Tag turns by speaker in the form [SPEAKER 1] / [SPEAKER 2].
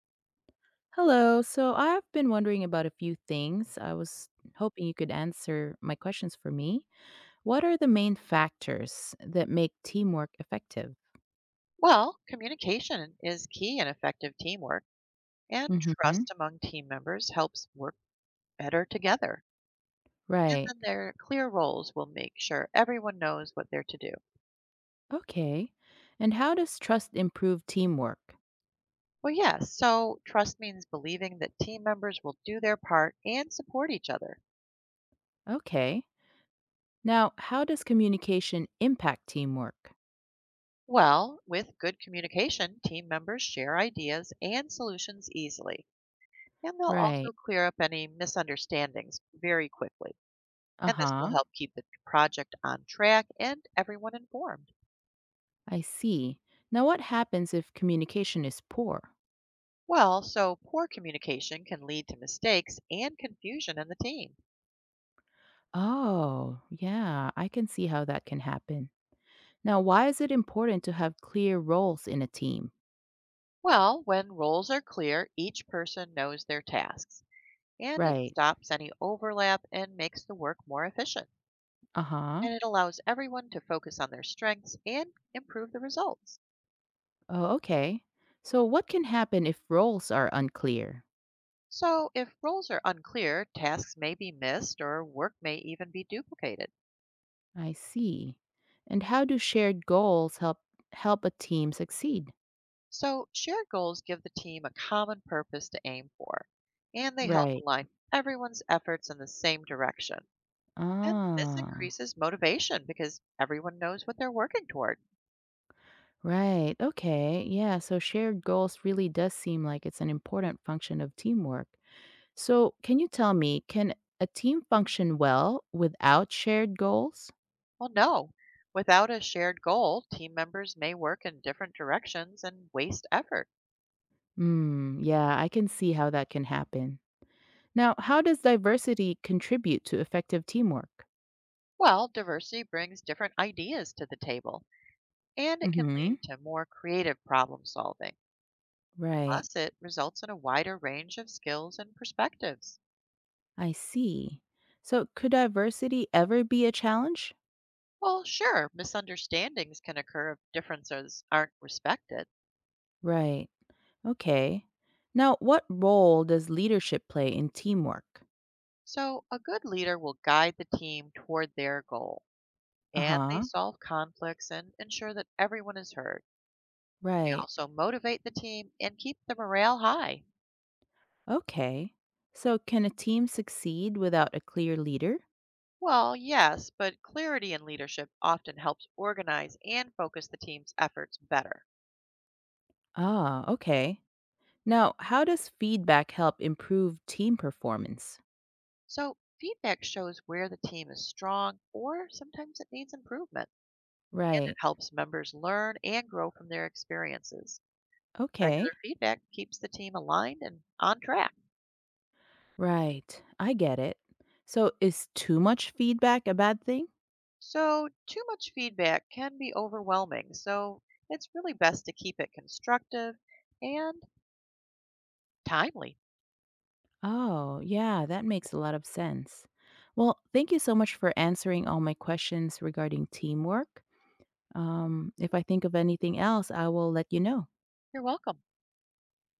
[SPEAKER 1] Hello. So I've been wondering about a few things. I was hoping you could answer my questions for me. What are the main factors that make teamwork effective?
[SPEAKER 2] Well, communication is key in effective teamwork, and
[SPEAKER 1] Hmm.
[SPEAKER 2] trust among team members helps work better together. And
[SPEAKER 1] Right.
[SPEAKER 2] then their clear roles will make sure everyone knows what they're to do.
[SPEAKER 1] Okay. And how does trust improve teamwork?
[SPEAKER 2] Well, yes, so trust means believing that team members will do their part and support each other.
[SPEAKER 1] Okay. Now, how does communication impact teamwork?
[SPEAKER 2] Well, with good communication, team members share ideas and solutions easily, and they'll also
[SPEAKER 1] Right.
[SPEAKER 2] clear up any misunderstandings very quickly.
[SPEAKER 1] Uh
[SPEAKER 2] And this will
[SPEAKER 1] huh.
[SPEAKER 2] help keep the project on track and everyone informed.
[SPEAKER 1] I see. Now, what happens if communication is poor?
[SPEAKER 2] Well, so poor communication can lead to mistakes and confusion in the team.
[SPEAKER 1] Oh, yeah. I can see how that can happen. Now, why is it important to have clear roles in a team?
[SPEAKER 2] Well, when roles are clear, each person knows their tasks, and it
[SPEAKER 1] Right.
[SPEAKER 2] stops any overlap and makes the work more efficient.
[SPEAKER 1] Uh huh.
[SPEAKER 2] And it allows everyone to focus on their strengths and improve the results.
[SPEAKER 1] Oh, okay. So, what can happen if roles are unclear?
[SPEAKER 2] So, if roles are unclear, tasks may be missed or work may even be duplicated.
[SPEAKER 1] I see. And how do shared goals help a team succeed?
[SPEAKER 2] So, shared goals give the team a common purpose to aim for, and they help
[SPEAKER 1] Right.
[SPEAKER 2] align everyone's efforts in the same direction. And this
[SPEAKER 1] Ah.
[SPEAKER 2] increases motivation because everyone knows what they're working toward.
[SPEAKER 1] Right. Okay. Yeah. So, shared goals really does seem like it's an important function of teamwork. So, can you tell me, can a team function well without shared goals?
[SPEAKER 2] Well, no. Without a shared goal, team members may work in different directions and waste effort.
[SPEAKER 1] Hmm. Yeah, I can see how that can happen. Now, how does diversity contribute to effective teamwork?
[SPEAKER 2] Well, diversity brings different ideas to the table, and it can
[SPEAKER 1] Mm-hmm.
[SPEAKER 2] lead to more creative problem solving.
[SPEAKER 1] Right.
[SPEAKER 2] Plus, it results in a wider range of skills and perspectives.
[SPEAKER 1] I see. So, could diversity ever be a challenge?
[SPEAKER 2] Well, sure, misunderstandings can occur if differences aren't respected.
[SPEAKER 1] Right. Okay. Now, what role does leadership play in teamwork?
[SPEAKER 2] So, a good leader will guide the team toward their goal.
[SPEAKER 1] Uh
[SPEAKER 2] And they
[SPEAKER 1] huh.
[SPEAKER 2] solve conflicts and ensure that everyone is heard. They
[SPEAKER 1] Right.
[SPEAKER 2] also motivate the team and keep the morale high.
[SPEAKER 1] Okay. So, can a team succeed without a clear leader?
[SPEAKER 2] Well, yes, but clarity in leadership often helps organize and focus the team's efforts better.
[SPEAKER 1] Ah, okay. Now, how does feedback help improve team performance?
[SPEAKER 2] So, feedback shows where the team is strong or sometimes it needs improvement, and it
[SPEAKER 1] Right.
[SPEAKER 2] helps members learn and grow from their experiences.
[SPEAKER 1] Okay.
[SPEAKER 2] Regular feedback keeps the team aligned and on track.
[SPEAKER 1] Right. I get it. So is too much feedback a bad thing?
[SPEAKER 2] So, too much feedback can be overwhelming, so it's really best to keep it constructive and timely.
[SPEAKER 1] Oh, yeah, that makes a lot of sense. Well, thank you so much for answering all my questions regarding teamwork. If I think of anything else, I will let you know.
[SPEAKER 2] You're welcome.